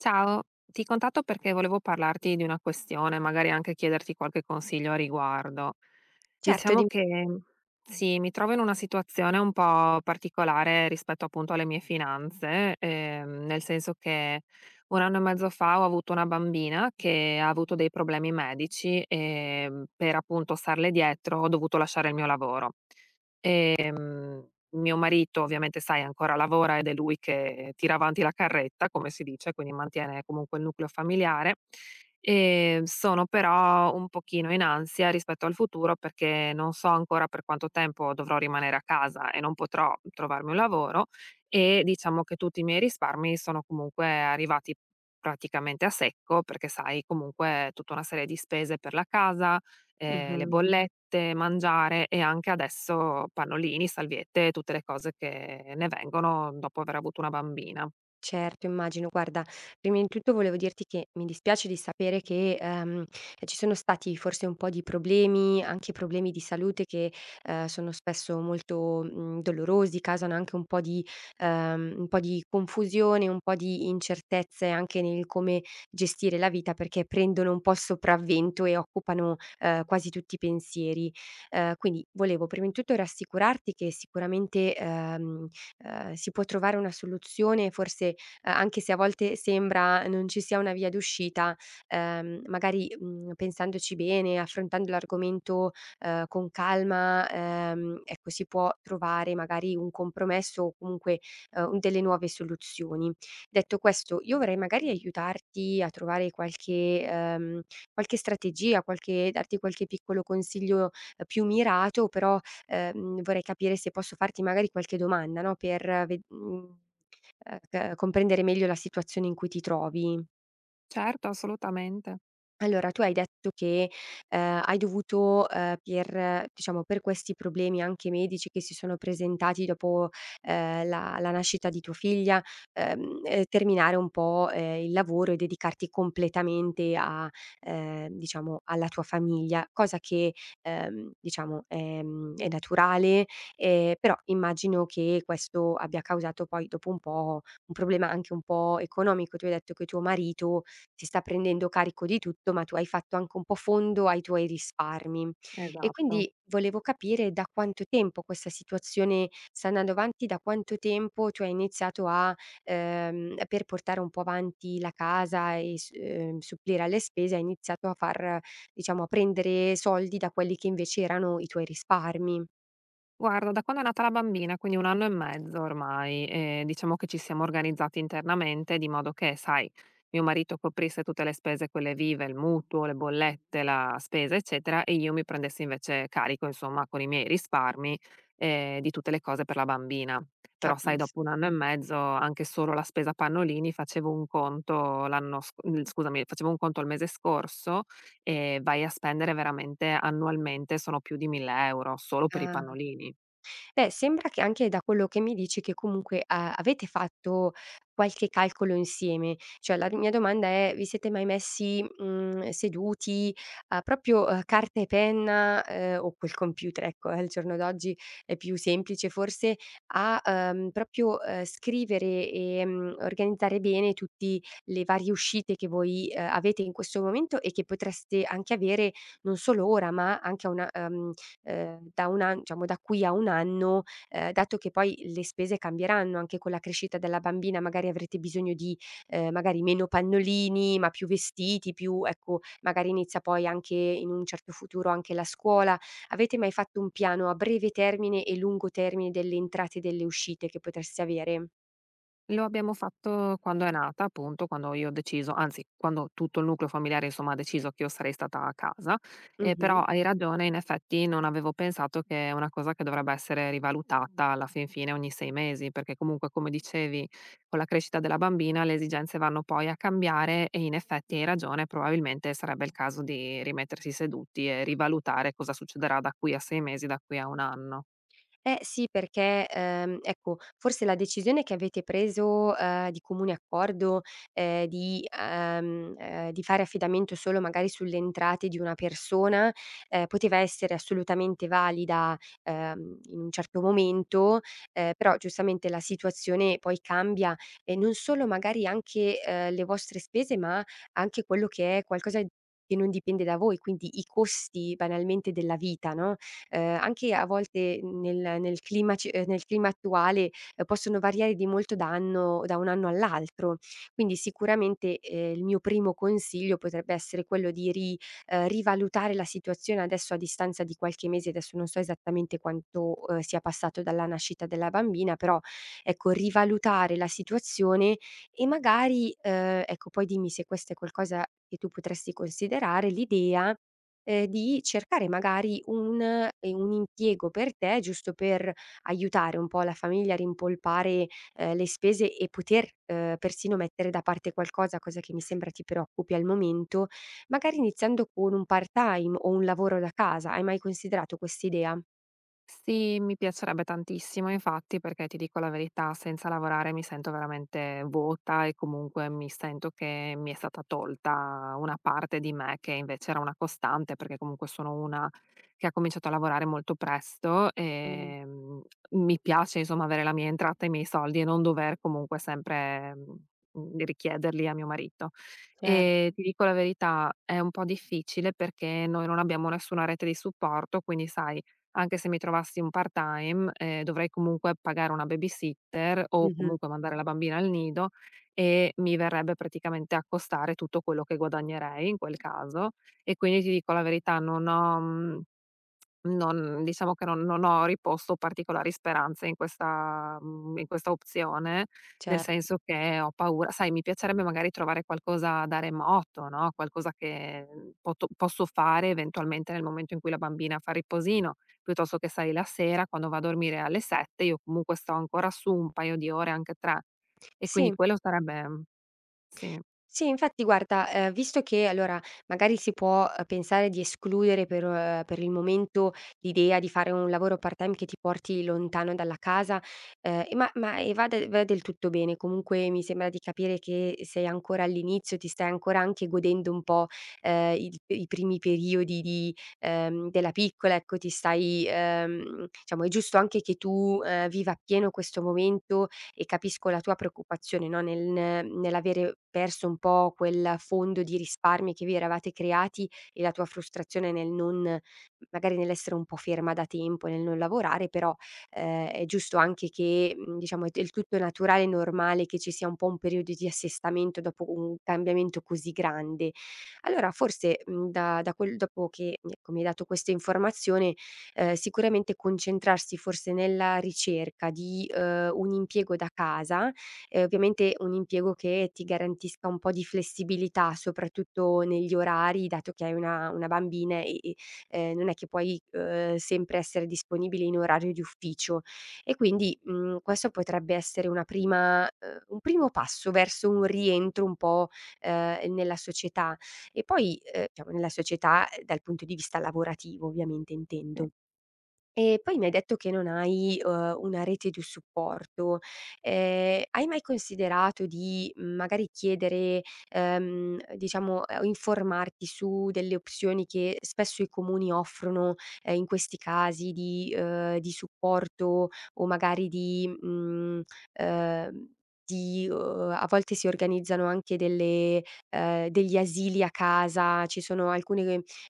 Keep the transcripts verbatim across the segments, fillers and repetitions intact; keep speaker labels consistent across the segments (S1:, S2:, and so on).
S1: Ciao, ti contatto perché volevo parlarti di una questione, magari anche chiederti qualche consiglio a riguardo.
S2: Certo,
S1: Diciamo
S2: di
S1: che sì, mi trovo in una situazione un po' particolare rispetto appunto alle mie finanze, ehm, nel senso che un anno e mezzo fa ho avuto una bambina che ha avuto dei problemi medici e mm, per appunto starle dietro ho dovuto lasciare il mio lavoro. ehm, Mio marito ovviamente sai ancora lavora ed è lui che tira avanti la carretta, come si dice, quindi mantiene comunque il nucleo familiare. Ehm, sono però un pochino in ansia rispetto al futuro perché non so ancora per quanto tempo dovrò rimanere a casa e non potrò trovarmi un lavoro e diciamo che tutti i miei risparmi sono comunque arrivati praticamente a secco perché sai comunque tutta una serie di spese per la casa, ehm, le
S2: mh-mh.
S1: bollette, mangiare e anche adesso pannolini, salviette, tutte le cose che ne vengono dopo aver avuto una bambina.
S2: Certo, immagino. Guarda, prima di tutto volevo dirti che mi dispiace di sapere che, ehm, eh, ci sono stati forse un po' di problemi, anche problemi di salute che, ehm, sono spesso molto, mhmm, dolorosi, causano anche un po' di ehm, un po' di confusione, un po' di incertezze anche nel come gestire la vita, perché prendono un po' il sopravvento e occupano, ehm, quasi tutti i pensieri. Ehm, quindi volevo prima di tutto rassicurarti che sicuramente, ehm, ehm, si può trovare una soluzione, forse, eh, anche se a volte sembra non ci sia una via d'uscita, ehm, magari, mhmm, pensandoci bene, affrontando l'argomento, ehm, con calma, ehm, ecco, si può trovare magari un compromesso o comunque, ehm, delle nuove soluzioni. Detto questo, io vorrei magari aiutarti a trovare qualche ehm, qualche strategia, qualche darti qualche piccolo consiglio, ehm, più mirato, però, ehm, vorrei capire se posso farti magari qualche domanda, no, per ve mhmm, ehm, c comprendere meglio la situazione in cui ti trovi.
S1: Certo, assolutamente.
S2: Allora, tu hai detto che, ehm, hai dovuto, ehm, per eh, diciamo, per questi problemi anche medici che si sono presentati dopo, ehm, la la nascita di tua figlia, ehm, ehm, terminare un po', ehm, il lavoro e dedicarti completamente a ehm, diciamo, alla tua famiglia, cosa che, ehm, diciamo, ehm, è naturale, ehm, però immagino che questo abbia causato poi dopo un po' un problema anche un po' economico. Tu hai detto che tuo marito si sta prendendo carico di tutto, ma tu hai fatto anche un po' fondo ai tuoi risparmi. E
S1: Esatto.
S2: quindi volevo capire da quanto tempo questa situazione sta andando avanti, da quanto tempo tu hai iniziato a, ehm, per portare un po' avanti la casa e s- ehm, supplire alle spese, hai iniziato a far, diciamo, a prendere soldi da quelli che invece erano i tuoi risparmi.
S1: Guarda, da quando è nata la bambina, quindi un anno e mezzo ormai, ehm, diciamo che ci siamo organizzati internamente di modo che, sai, mio marito coprisse tutte le spese quelle vive, il mutuo, le bollette, la spesa, eccetera, e io mi prendessi invece carico, insomma, con i miei risparmi, ehm, di tutte le cose per la bambina. Però sai,
S2: Capisco.
S1: dopo un anno e mezzo anche solo la spesa pannolini facevo un conto l'anno sc mhmm, scusami, facevo un conto il mese scorso e vai a spendere veramente annualmente sono più di mille euro € solo per i
S2: Ah.
S1: pannolini.
S2: Beh, sembra che anche da quello che mi dici che comunque a avete fatto qualche calcolo insieme. Cioè la mia domanda è: vi siete mai messi, mhmm, seduti a proprio, uhm, carta e penna, ehm, o col computer, ecco, eh, al giorno d'oggi è più semplice forse, a, uhm, proprio, uhm, scrivere e, mhmm, organizzare bene tutti le varie uscite che voi, uhm, avete in questo momento e che potreste anche avere non solo ora, ma anche a una, uhm ehm, da un an diciamo, da qui a un anno, ehm, dato che poi le spese cambieranno anche con la crescita della bambina, magari avrete bisogno di, ehm, magari meno pannolini, ma più vestiti, più, ecco, magari inizia poi anche in un certo futuro anche la scuola. Avete mai fatto un piano a breve termine e lungo termine delle entrate e delle uscite che potreste avere?
S1: Lo abbiamo fatto quando è nata, appunto, quando io ho deciso, anzi quando tutto il nucleo familiare insomma ha deciso che io sarei stata a casa, ehm,
S2: Mh-mh.
S1: però hai ragione, in effetti non avevo pensato che è una cosa che dovrebbe essere rivalutata alla fin fine ogni sei mesi, perché comunque come dicevi con la crescita della bambina le esigenze vanno poi a cambiare e in effetti hai ragione, probabilmente sarebbe il caso di rimettersi seduti e rivalutare cosa succederà da qui a sei mesi, da qui a un anno.
S2: Eh sì, perché, ehm, ecco, forse la decisione che avete preso, ehm, di comune accordo, ehm, di ehm, ehm, di fare affidamento solo magari sulle entrate di una persona, ehm, poteva essere assolutamente valida, ehm, in un certo momento, ehm, però giustamente la situazione poi cambia e non solo magari anche, ehm, le vostre spese, ma anche quello che è qualcosa che non dipende da voi, quindi i costi banalmente della vita, no? Ehm, anche a volte nel nel clima ci ehm, nel clima attuale, ehm, possono variare di molto da anno da un anno all'altro. Quindi sicuramente, ehm, il mio primo consiglio potrebbe essere quello di ri ehm, rivalutare la situazione adesso a distanza di qualche mese, adesso non so esattamente quanto, ehm, sia passato dalla nascita della bambina, però ecco, rivalutare la situazione e magari, ehm, ecco poi dimmi se questa è qualcosa che tu potresti considerare, l'idea, ehm, di cercare magari un ehm, un impiego per te, giusto per aiutare un po' la famiglia a rimpolpare, ehm, le spese e poter, ehm, persino mettere da parte qualcosa, cosa che mi sembra ti preoccupi al momento, magari iniziando con un part-time o un lavoro da casa. Hai mai considerato quest'idea?
S1: Sì, mi piacerebbe tantissimo infatti, perché ti dico la verità, senza lavorare mi sento veramente vuota e comunque mi sento che mi è stata tolta una parte di me che invece era una costante, perché comunque sono una che ha cominciato a lavorare molto presto
S2: Mh,
S1: e mm, mi piace insomma avere la mia entrata e i miei soldi e non dover comunque sempre mm, richiederli a mio marito.
S2: cer
S1: E ti dico la verità, è un po' difficile perché noi non abbiamo nessuna rete di supporto, quindi sai anche se mi trovassi un part-time, ehm, dovrei comunque pagare una babysitter o
S2: Mh-mh,
S1: comunque mandare la bambina al nido e mi verrebbe praticamente a costare tutto quello che guadagnerei in quel caso. E quindi ti dico la verità, non ho, mhmm non diciamo che non non ho riposto particolari speranze in questa mhmm, in questa opzione, nel
S2: certo.
S1: senso che ho paura sai, mi piacerebbe magari trovare qualcosa da remoto, no, qualcosa che, mhmm, poto posso fare eventualmente nel momento in cui la bambina fa riposino, piuttosto che sai la sera quando va a dormire alle sette, io comunque sto ancora su un paio di ore, anche tre. E
S2: Sì.
S1: quindi quello sarebbe mm, sì,
S2: Sì, infatti guarda, ehm, visto che allora magari si può, uhm, pensare di escludere per uhm, per il momento l'idea di fare un lavoro part-time che ti porti lontano dalla casa, ehm, e ma ma e va de va del tutto bene. Comunque mi sembra di capire che sei ancora all'inizio, ti stai ancora anche godendo un po', ehm, il i primi periodi di ehm, della piccola, ecco, ti stai ehm, diciamo, è giusto anche che tu, ehm, viva appieno questo momento e capisco la tua preoccupazione, no, nel nell'avere perso un po' quel fondo di risparmi che vi eravate creati e la tua frustrazione nel non, magari, nell'essere un po' ferma da tempo, nel non lavorare, però, ehm, è giusto anche che, mhmm, diciamo, è del tutto naturale e normale che ci sia un po' un periodo di assestamento dopo un cambiamento così grande. Allora forse, mhmm, da da quel dopo che, ecco, mi hai dato questa informazione. Ehm, sicuramente concentrarsi forse nella ricerca di, uhm, un impiego da casa, ehm, ovviamente un impiego che ti garantisca un po' di flessibilità, soprattutto negli orari, dato che hai una una bambina e e, ehm, non è che puoi, uhm, sempre essere disponibile in orario di ufficio. E quindi, mhmm, questo potrebbe essere una prima uhm, un primo passo verso un rientro un po', ehm, nella società e poi, ehm, diciamo nella società, eh, dal punto di vista lavorativo ovviamente
S1: sì.
S2: intendo. E poi mi hai detto che non hai, uhm, una rete di supporto. Ehm, hai mai considerato di, mhmm, magari chiedere, ehm, diciamo, ehm, informarti su delle opzioni che spesso i comuni offrono, ehm, in questi casi di uhm, di supporto o magari di mhmm, ehm, di uhm, a volte si organizzano anche delle, ehm, degli asili a casa, ci sono alcune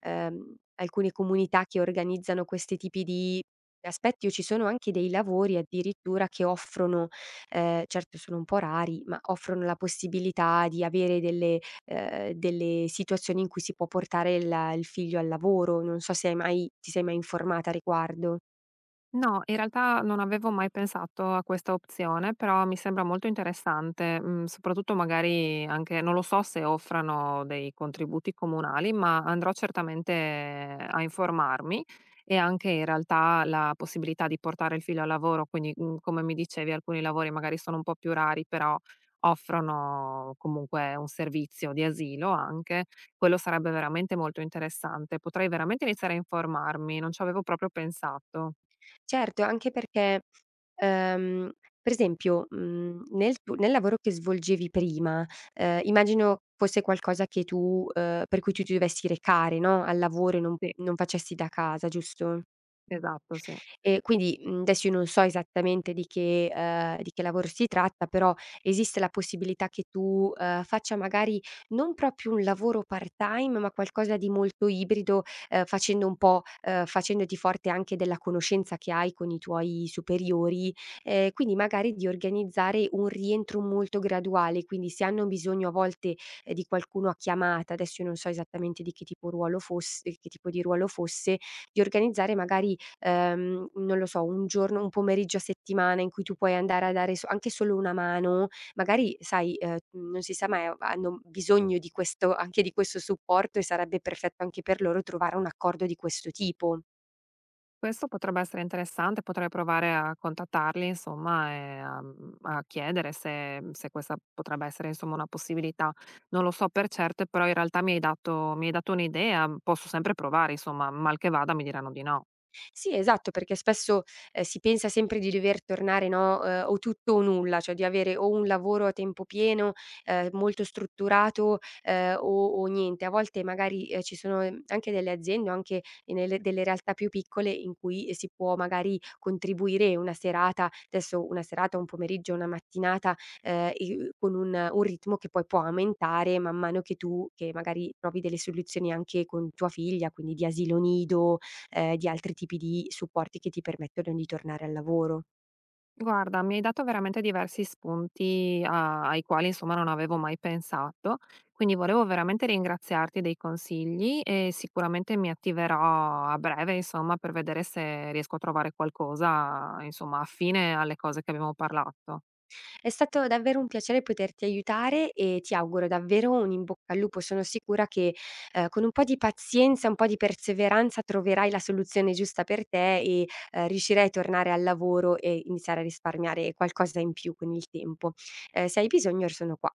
S2: ehm, alcune comunità che organizzano questi tipi di aspetti o ci sono anche dei lavori addirittura che offrono, ehm, certo sono un po' rari, ma offrono la possibilità di avere delle, ehm, delle situazioni in cui si può portare la il figlio al lavoro. Non so se hai mai ti sei mai informata a riguardo.
S1: No, in realtà non avevo mai pensato a questa opzione, però mi sembra molto interessante, mhmm, soprattutto magari anche non lo so se offrano dei contributi comunali, ma andrò certamente a informarmi e anche in realtà la possibilità di portare il figlio al lavoro, quindi, mhmm, come mi dicevi alcuni lavori magari sono un po' più rari, però offrono comunque un servizio di asilo anche, quello sarebbe veramente molto interessante. Potrei veramente iniziare a informarmi, non ci avevo proprio pensato.
S2: Certo, anche perché, ehm, per esempio, mhmm, nel tu nel lavoro che svolgevi prima, ehm, immagino fosse qualcosa che tu ehm, per cui tu ti dovessi recare, no, al lavoro e non
S1: Sì.
S2: non facessi da casa, giusto?
S1: Esatto, sì.
S2: E quindi, mhmm, adesso io non so esattamente di che ehm, di che lavoro si tratta, però esiste la possibilità che tu, ehm, faccia magari non proprio un lavoro part-time, ma qualcosa di molto ibrido, ehm, facendo un po' ehm, facendoti forte anche della conoscenza che hai con i tuoi superiori, ehm, quindi magari di organizzare un rientro molto graduale, quindi se hanno bisogno a volte, ehm, di qualcuno a chiamata, adesso io non so esattamente di che tipo ruolo fosse che tipo di ruolo fosse, di organizzare magari, ehm, non lo so, un giorno un pomeriggio a settimana in cui tu puoi andare a dare, so anche solo una mano, magari sai, ehm, non si sa mai, ha hanno bisogno di questo, anche di questo supporto, e sarebbe perfetto anche per loro trovare un accordo di questo tipo.
S1: Questo potrebbe essere interessante, potrei provare a contattarli insomma e a mhmm, a chiedere se se questa potrebbe essere insomma una possibilità. Non lo so per certo, però in realtà mi hai dato mi hai dato un'idea, posso sempre provare insomma, mal che vada mi diranno di no.
S2: Sì, esatto, perché spesso, ehm, si pensa sempre di dover tornare, no, ehm, o tutto o nulla, cioè di avere o un lavoro a tempo pieno, ehm, molto strutturato, ehm, o o niente. A volte magari, ehm, ci sono, ehm, anche delle aziende o anche nelle delle realtà più piccole in cui, ehm, si può magari contribuire una serata, adesso una serata, un pomeriggio, una mattinata, ehm, i con un un ritmo che poi può aumentare man mano che tu che magari trovi delle soluzioni anche con tua figlia, quindi di asilo nido, ehm, di altri tipi di supporti che ti permettono di tornare al lavoro.
S1: Guarda, mi hai dato veramente diversi spunti a ai quali, insomma, non avevo mai pensato, quindi volevo veramente ringraziarti dei consigli e sicuramente mi attiverò a breve, insomma, per vedere se riesco a trovare qualcosa, insomma, affine alle cose che abbiamo parlato.
S2: È stato davvero un piacere poterti aiutare e ti auguro davvero un in bocca al lupo. Sono sicura che, ehm, con un po' di pazienza, un po' di perseveranza troverai la soluzione giusta per te e, ehm, riuscirai a tornare al lavoro e iniziare a risparmiare qualcosa in più con il tempo. Ehm, se hai bisogno, io sono qua.